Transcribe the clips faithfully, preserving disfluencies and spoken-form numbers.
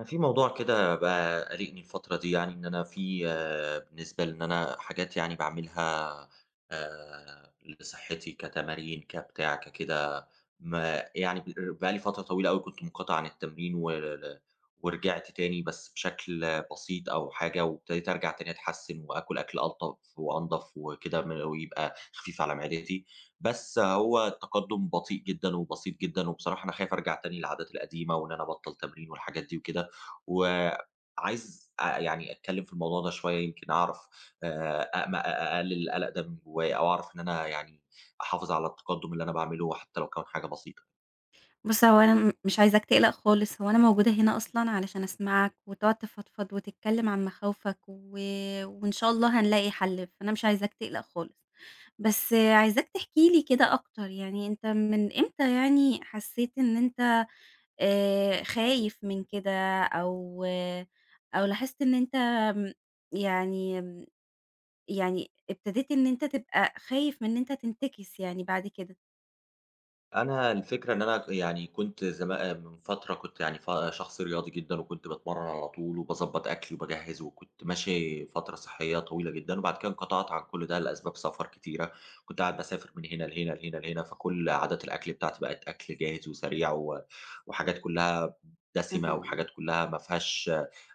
أنا في موضوع كده بقى قلقني الفترة دي، يعني إن أنا في آآ، بالنسبة لإن أنا حاجات يعني باعملها آآ، لصحتي كتمارين كبتاع ككده. ما يعني ب بقى لي فترة طويلة أوي كنت منقطع عن التمرين وال ورجعت تاني بس بشكل بسيط أو حاجة، وابتديت أرجع تاني أتحسن وآكل أكل ألطف وأنضف وكده م ويبقى خفيف على معدتي. بس هو التقدم بطيء جدًا وبسيط جدًا، وبصراحة أنا خايف أرجع تاني للعادات القديمة وإن أنا أبطّل تمرين والحاجات دي وكده. وعايز أ يعني أتكلّم في الموضوع ده شوية يمكن أعرف آآ أأم أقلل القلق ده من جوّايا أو أعرف إن أنا يعني أحافظ على التقدُّم اللي أنا باعمله حتّى لو كان حاجة بسيطة. بُص، هو أنا م مش عايزاك تقلق خالص، هو أنا موجودة هنا أصلًا علشان أسمعك وتقعد تفضفض وتتكلم عن مخاوفك و وإن شاء الله هنلاقي حل، فأنا مش عايزاك تقلق خالص. بس عايزاك تحكي لي كده أكتر، يعني أنت من إمتى يعني حسيت إن أنت آآ خايف من كده أو آه، أو لاحظت إن أنت م يعني م يعني ابتديت إن أنت تبقى خايف من إن أنت تنتكس يعني بعد كده؟ أنا الفكرة إن أنا يعني كنت زما من فترة كنت يعني ف شخص رياضي جدًا، وكنت باتمرّن على طول وباضبّط أكلي وباجهّز، وكنت ماشي فترة صحّية طويلة جدًا، وبعد كده انقطعت عن كل ده لأسباب سفر كتيرة. كنت قاعد باسافر من هنا لهنا، لهنا، لهنا، فكل عادات الأكل بتاعتي بقت أكل جاهز وسريع و وحاجات كلّها دسمة وحاجات اهم، كلّها ما فيهاش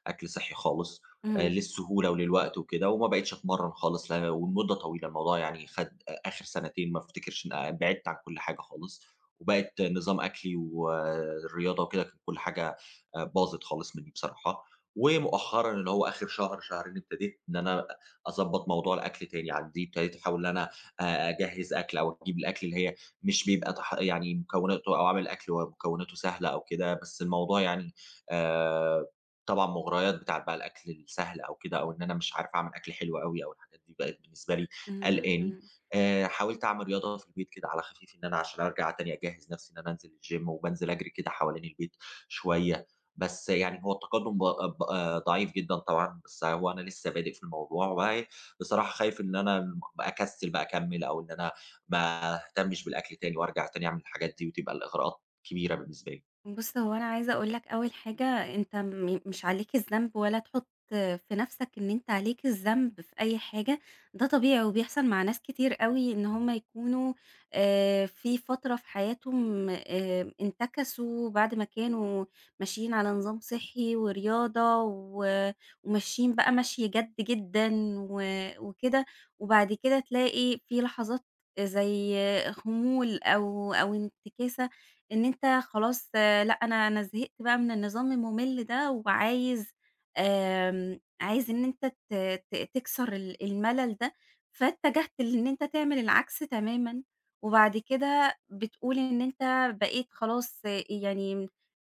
أكل صحّي خالص، آآ اهم، للسهولة وللوقت وكده، وما بقيتش أتمرّن خالص لا ولمدة طويلة. الموضوع يعني خَد آخر سنتين، ما أفتكرش إن بعدت عن كل حاجة خالص. وبقت نظام أكلي والرياضة وكده كانت كل حاجة آآ باظت خالص منّي بصراحة. ومؤخرًا اللي هو آخر شهر، شهرين ابتديت إن أنا أضبّط موضوع الأكل تاني. عندي ابتديت أحاول إن أنا آآ أجهّز أكل أو أجيب الأكل اللي هي مش بيبقى تح يعني مكوناته أو أعمل أكل ومكوناته سهلة أو كده. بس الموضوع يعني آآ طبعًا مغريات بتاعة بقى الأكل السهل أو كده، أو إن أنا مش عارف أعمل أكل حلو أوي أو الحاجات دي بقت بالنسبة لي اهم، قلقاني. اهم. آآ حاولت أعمل رياضة في البيت كده على خفيف، إن أنا عشان أرجع تاني أجهّز نَفْسي إن أنا أنزل الgym، وبانزل أجري كده حوالين البيت شوية. بس يعني هو التقدُّم ب ب آه، ضعيف جدًا طبعًا، بس هو أنا لسه بادئ في الموضوع وبعي بصراحة خايف إن أنا م أكسِّل بقى أكمّل أو إن أنا ما أهتمش بالأكل تاني وأرجع تاني أعمل الحاجات دي وتبقى الإغراءات كبيرة بالنسبة لي. بُص، هو أنا عايزة أقول لك أول حاجة. أنت م مش عليك الذنب ولا تحُط في نَفْسك إن أنت عليك الذنب في أي حاجة، ده طبيعي وبيحصل مع ناس كتير أوي إن هم يكونوا آآ في فترة في حياتهم آآ انتكسوا بعد ما كانوا ماشيين على نظام صحّي ورياضة و وماشيين بقى مَشْي جَد جدًا و وكده. وبعد كده تلاقي في لحظات زي خمول أو أو انتكاسة، إن أنت خلاص، آآ لأ، أنا أنا زهقت بقى من النظام المُمِل ده وعايز، آمم، عايز إن أنت ت ت تكسر ال الملل ده، فاتجهت لإن أنت تعمل العكس تمامًا. وبعد كده بتقول إن أنت بقيت خلاص، آه، يعني من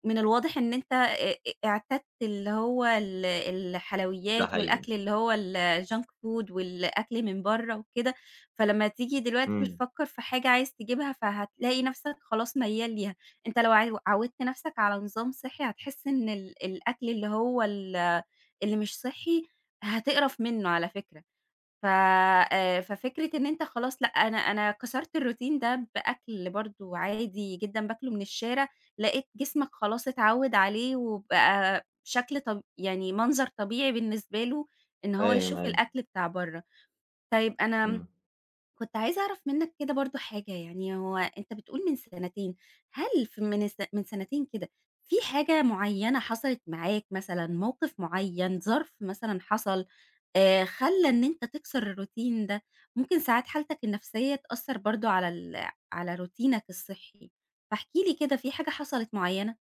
من الواضح إن أنت أ أ اعتدت اللي هو ال ده الحلويات حقيقي. والأكل اللي هو الjunk food والأكل من برّه وكده، فلمّا تيجي دلوقتي إمم، بتفكّر في حاجة عايز تجيبها فهتلاقي نَفْسك خلاص ميّال ليها. أنت لو عو عوّدت نَفْسك على نظام صحّي هتحس إن ال الأكل اللي هو ال اللي مش صحّي هتقرف منّه على فكرة. ف آآ، ففكرة إن أنت خلاص لأ، أنا أنا كسرت الروتين ده بأكل برضه عادي جدًا باكله من الشارع، لقيت جسمك خلاص اتعوّد عليه وبقى شكل، طب يعني منظر طبيعي بالنسبة له إن هو فاهم يشوف أيوه. الأكل بتاع برّه. طيب، أنا إمم. كنت عايزة أعرف منّك كده برضه حاجة، يعني هو أنت بتقول من سنتين، هل في من الس من سنتين كده في حاجة معيّنة حصلت معاك مثلًا، موقف معيّن، ظرف مثلًا حصل، آآ خلّى إن أنت تكسر الروتين ده؟ ممكن ساعات حالتك النفسية تأثّر برضه على ال على روتينك الصحّي، فاحكِ لي كده في حاجة حصلت معيّنة؟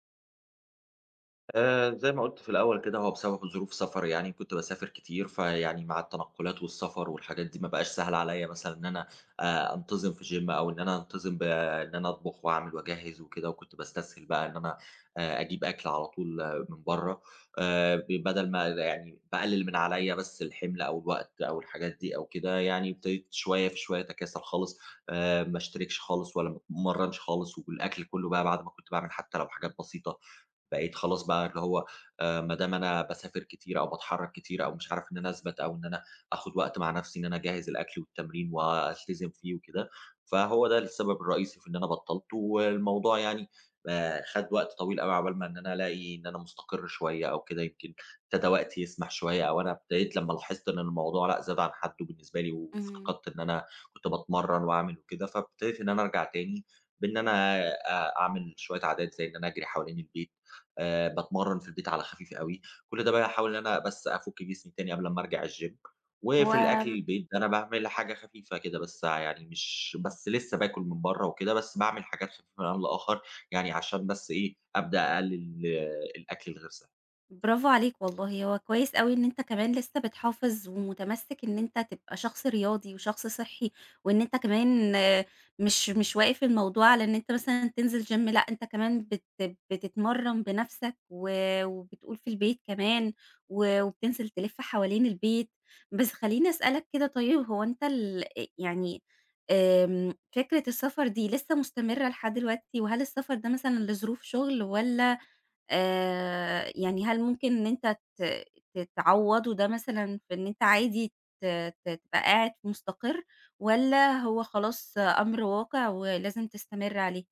آآ، زي ما قُلت في الأول كده، هو بسبب ظروف سفر يعني، كنت باسافر كتير، فيعني مع التنقلات والسفر والحاجات دي، ما بقاش سهل عليَّ مثلًا إن أنا آآ، أنتظم في gym أو إن أنا أنتظم بإن أنا أطبخ وأعمل وأجهّز وكده، وكنت باستسهل بقى إن أنا آآ، أجيب أكل على طول آه، من برّه. آآ، ب بدل ما يعني باقلل من عليَّ بس الحمل أو الوقت أو الحاجات دي أو كده، يعني ابتديت شوية في شوية أتكاسل خالص. آآ، ما أشتركش خالص ولا ما أتمرنش خالص، والأكل كله بقى بعد ما كنت باعمل حتى لو حاجات بسيطة بقيت خلاص بقى اللي هو آآ ما دام أنا باسافر كتير أو باتحرّك كتير أو مش عارف إن أنا أثبت أو إن أنا آخُد وقت مع نَفْسي إن أنا أجهّز الأكل والتمرين وألتزم فيه وكده. فهو ده السبب الرئيسي في إن أنا بطّلت، والموضوع يعني آآ خَد وقت طويل أوي عقبال ما إن أنا ألاقي إن أنا مُستقِر شوية أو كده، يمكن ابتدى وقتي يسمح شوية. أو أنا ابتديت لمّا لاحظت إن الموضوع لأ، زاد عن حدّه بالنسبة لي إمم. وافتقدت إن أنا كنت باتمرّن وأعمل وكده، فابتديت إن أنا أرجع تاني بإن أنا آآ أعمل شوية عادات زي إن أنا أجري حوالين البيت. آآ باتمرّن في البيت على خفيف أوي. كل ده باحاول إن أنا بس أفُك جسمي تاني قبل أمّا أرجع الgym. هو وفي الأكل البيت ده أنا باعمل حاجة خفيفة كده، بس يعني مش بس لسه باكل من برّه وكده، بس باعمل حاجات خفيفة من آن لآخر، يعني عشان بس إيه، أبدأ أقلل آه، الأكل الغير صحّي. برافو عليك والله، هو كويس أوي إن أنت كمان لسه بتحافظ ومتمسّك إن أنت تبقى شخص رياضي وشخص صحّي، وإن أنت كمان آه، مش مش واقف الموضوع على إن أنت مثلًا تنزل gym، لأ، أنت كمان بت بتتمرّن بنَفْسك و وبتقول في البيت كمان و وبتنزل تلِف حوالين البيت. بس خلّيني أسألك كده. طيب، هو أنت ال أ يعني آمم، فكرة السفر دي لسه مستمرة لحد دلوقتي، وهل السفر ده مثلًا لظروف شُغل، والّا آآ، يعني هل ممكن إن أنت ت ت تعوّضه ده مثلًا في إن أنت عادي ت ت تبقى قاعد مستقر، والّا هو خلاص أمر واقع ولازم تستمر عليه؟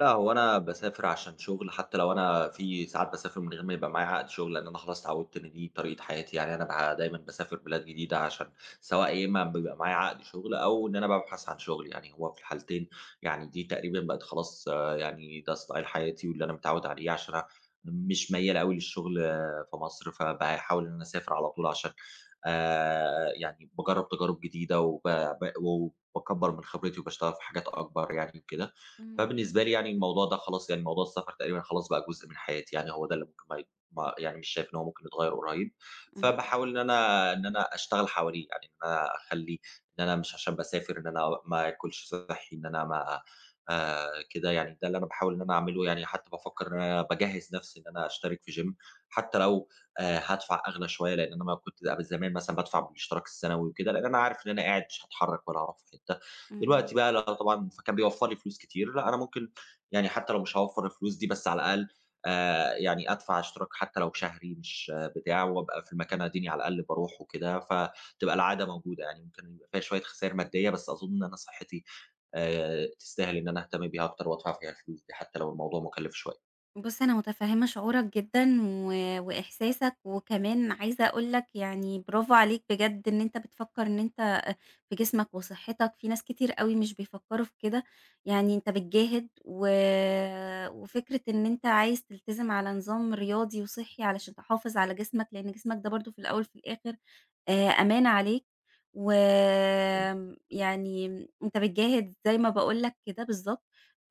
لأ، هو أنا باسافر عشان شغل. حتى لو أنا في ساعات باسافر من غير ما يبقى معايا عقد شغل، لأن أنا خلاص اتعودت إن دي طريقة حياتي. يعني أنا بقى دايمًا باسافر بلاد جديدة، عشان سواء يا إما بيبقى معايا عقد شغل أو إن أنا بابحث عن شغل، يعني هو في الحالتين يعني دي تقريبًا بقت خلاص آه، يعني ده ستايل حياتي واللي أنا متعود عليه، عشان أنا مش ميّال أوي للشغل آه، في مصر. فباحاول إن أنا أسافر على طول عشان آآ، يعني باجرّب تجارب جديدة وب ب وباكبّر من خبرتي وباشتغل في حاجات أكبر يعني وكده. إمم، فبالنسبة لي يعني الموضوع ده خلاص، يعني موضوع السفر تقريبًا خلاص بقى جزء من حياتي، يعني هو ده اللي ممكن ما ي ما يعني مش شايف إن هو ممكن يتغيّر قريب. إمم، فباحاول إن أنا إن أنا أشتغل حواليه، يعني إن أنا أخلّي إن أنا مش عشان باسافر إن أنا ما آكلش صحّي، إن أنا ما آآ كده يعني، ده اللي أنا باحاول إن أنا أعمله يعني. حتى بافكّر إن أنا باجهّز نَفْسي إن أنا أشترك في gym حتى لو آآ هادفع أغلى شوية، لإن أنا ما كنت أب زمان مثلًا بادفع بالاشتراك السنوي وكده، لإن أنا عارف إن أنا قاعد مش هاتحرّك ولا هاروح في حتّة. دلوقتي إمم. بقى لأ طبعًا، فكان بيوفّر لي فلوس كتير، لأ أنا ممكن يعني حتى لو مش هاوفّر الفلوس دي، بس على الأقل آآ يعني أدفع اشتراك حتى لو شهري مش بتاع، وأبقى في المكان أديني على الأقل باروح وكده، فتبقى العادة موجودة يعني. ممكن يبقى فيها شوية خسائر مادية، بس أظن إن أنا صحّتي آآ تستاهل إن أنا أهتم بيها أكتر وأدفع فيها الفلوس دي، حتى لو الموضوع مُكلِّف شوية. بُص، أنا متفهمة شعورك جدًا و وإحساسك، وكمان عايزة أقول لك يعني برافو عليك بجد إن أنت بتفكر إن أنت في جسمك وصحتك، في ناس كتير أوي مش بيفكّروا في كده، يعني أنت بتجاهد، و وفكرة إن أنت عايز تلتزم على نظام رياضي وصحّي علشان تحافظ على جسمك، لإن جسمك ده برضه في الأول في الآخر آآ أمانة عليك. إمم، وآمم يعني أنت بتجاهد زي ما باقول لك كده بالضبط.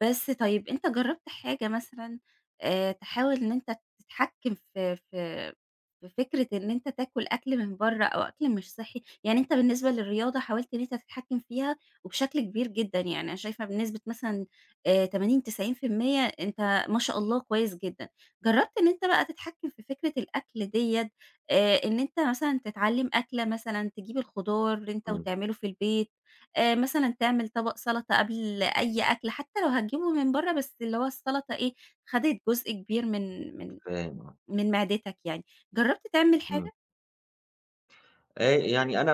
بس طيب، أنت جرّبت حاجة مثلًا آآ تحاول إن أنت تتحكّم في في في فكرة إن أنت تاكل أكل من برّه أو أكل مش صحّي؟ يعني أنت بالنسبة للرياضة حاولت إن أنت تتحكّم فيها وبشكل كبير جدًا، يعني أنا شايفة بنسبة مثلًا آآ ثمانين، تسعين في المية أنت ما شاء الله كويس جدًا. جرّبت إن أنت بقى تتحكّم في فكرة الأكل ديّة، آآ إن أنت مثلًا تتعلّم أكلة مثلًا، تجيب الخضار أنت إمم، وتعمله في البيت، آآ مثلًا تعمل طبق سَلطة قبل أي أكلة، حتى لو هتجيبه من برّه، بس اللي هو السَلطة إيه، خدت جزء كبير من من فاهم آه، من معدتك يعني. جرّبت تعمل إمم. حاجة؟ آآ يعني أنا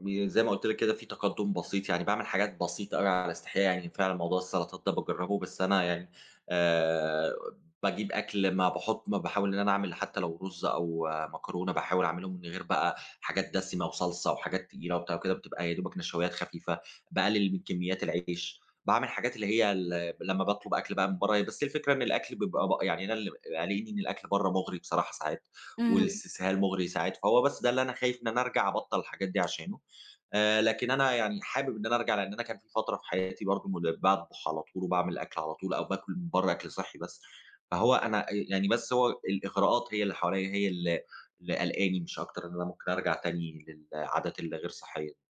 ب زي ما قُلت لك كده، في تقدُّم بسيط، يعني باعمل حاجات بسيطة أوي على استحياء، يعني فعلًا موضوع السلطات ده باجرّبه. بس أنا يعني آآ باجيب أكل ما باحُط ما باحاول إن أنا أعمل حتى لو رُز أو آه، مكرونة، باحاول أعملهم من غير بقى حاجات دسمة وصلصة وحاجات تقيلة وبتاع وكده، بتبقى يا دوبك نشويات خفيفة. باقلِّل من كميات العيش، باعمل حاجات اللي هي ال لمّا باطلب أكل بقى من برّه، بس الفكرة إن الأكل بيبقى ب يعني أنا اللي قالقني إن الأكل برّه مُغري بصراحة ساعات. إمم. والاستسهال مغري ساعات، فهو بس ده اللي أنا خايف إن أنا أرجع أبطّل الحاجات دي عشانه. آآ لكن أنا يعني حابب إن أنا أرجع، لإن أنا كان في فترة في حياتي برضه مد باطبخ على طول وباعمل أكل على طول أو باكل من برّه أكل صحّي بس. فهو أنا آآ يعني بس هو الإغراءات هي اللي حواليّا هي ال اللي قلقاني مش أكتر، إن أنا ممكن أرجع تاني للعادات اللي غير صحّية.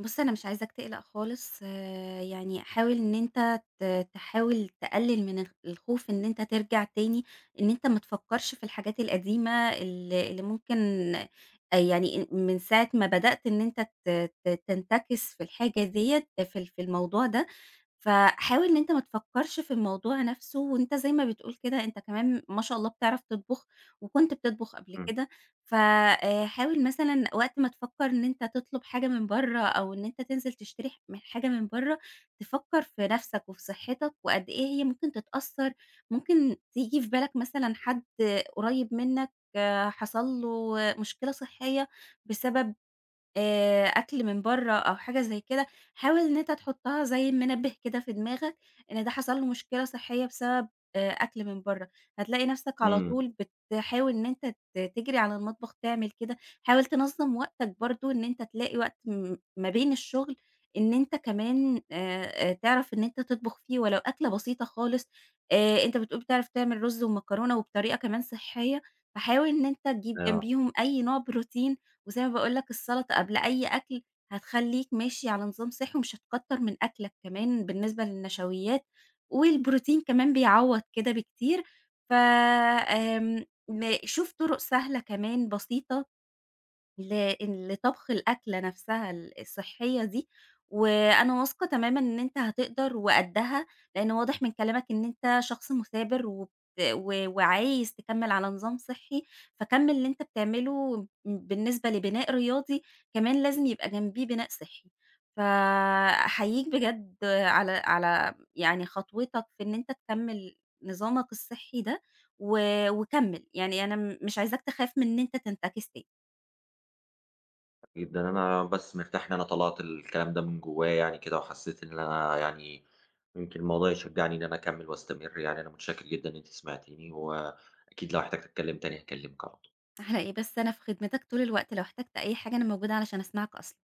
بُص، أنا مش عايزاك تقلق خالص، آآ، يعني حاول إن أنت ت تحاول تقلل من الخ الخوف إن أنت ترجع تاني، إن أنت ما تفكّرش في الحاجات القديمة ال اللي ممكن، آآ، يعني أ من ساعة ما بدأت إن أنت ت ت تنتكس في الحاجة ديّة في ال في الموضوع ده، فحاول إن أنت ما تفكّرش في الموضوع نَفْسه. وأنت زي ما بتقول كده أنت كمان ما شاء الله بتعرف تطبخ، وكنت بتطبخ قبل إمم، كده، ف آآ حاول مثلًا وقت ما تفكّر إن أنت تطلب حاجة من برّه أو إن أنت تنزل تشتري ح من حاجة من برّه، تفكّر في نَفْسك وفي صحّتك وقد إيه هي ممكن تتأثّر. ممكن تيجي في بالك مثلًا حد قريّب منّك، آه، حصل له مشكلة صحّية بسبب آآ أكل من برّه أو حاجة زي كده، حاول إن أنت تحطها زي منبه كده في دماغك، إن ده حصل له مشكلة صحية بسبب آآ أكل من برّه، هتلاقي نفسك على إمم، طول بتحاول إن أنت ت تجري على المطبخ تعمل كده. حاول تنظّم وقتك برضه، إن أنت تلاقي وقت م ما بين الشغل إن أنت كمان آآ تعرف إن أنت تطبخ فيه ولو أكلة بسيطة خالص، آآ أنت بتقول بتعرف تعمل رز ومكرونة وبطريقة كمان صحية، فحاول إن أنت تجيب آه. جنبيهم أي نوع بروتين، وزي ما باقول لك السلطة قبل أي أكل هتخلّيك ماشي على نظام صحّي ومش هتكتّر من أكلك كمان بالنسبة للنشويات، والبروتين كمان بيعوّض كده بكتير. ف آمم م شوف طُرق سهلة كمان بسيطة ل لطبخ الأكلة نفسها ال الصحية دي، وأنا واثقة تمامًا إن أنت هتقدر وقدّها، لإن واضح من كلامك إن أنت شخص مثابر وبت و وعايز تكمّل على نظام صحّي، فكمّل اللي أنت بتعمله، م بالنسبة لبناء رياضي كمان لازم يبقى جنبيه بناء صحّي، فأحييك بجد على على يعني خطوتك في إن أنت تكمّل نظامك الصحّي ده، و وكمّل، يعني أنا م مش عايزاك تخاف من إن أنت تنتكس تاني. جدًا، أنا بس مرتاح إن أنا طلعت الكلام ده من جوايا يعني كده، وحسيت إن أنا يعني يمكن الموضوع يشجعني إن أنا أكمّل وأستمر يعني. أنا متشكر جدًا إن أنتِ سمعتيني، وأكيد لو احتجت أتكلّم تاني هاكلّمِك على طول. على إيه بس، أنا في خدمتك طول الوقت، لو احتجت أي حاجة أنا موجودة علشان أسمعك أصلًا.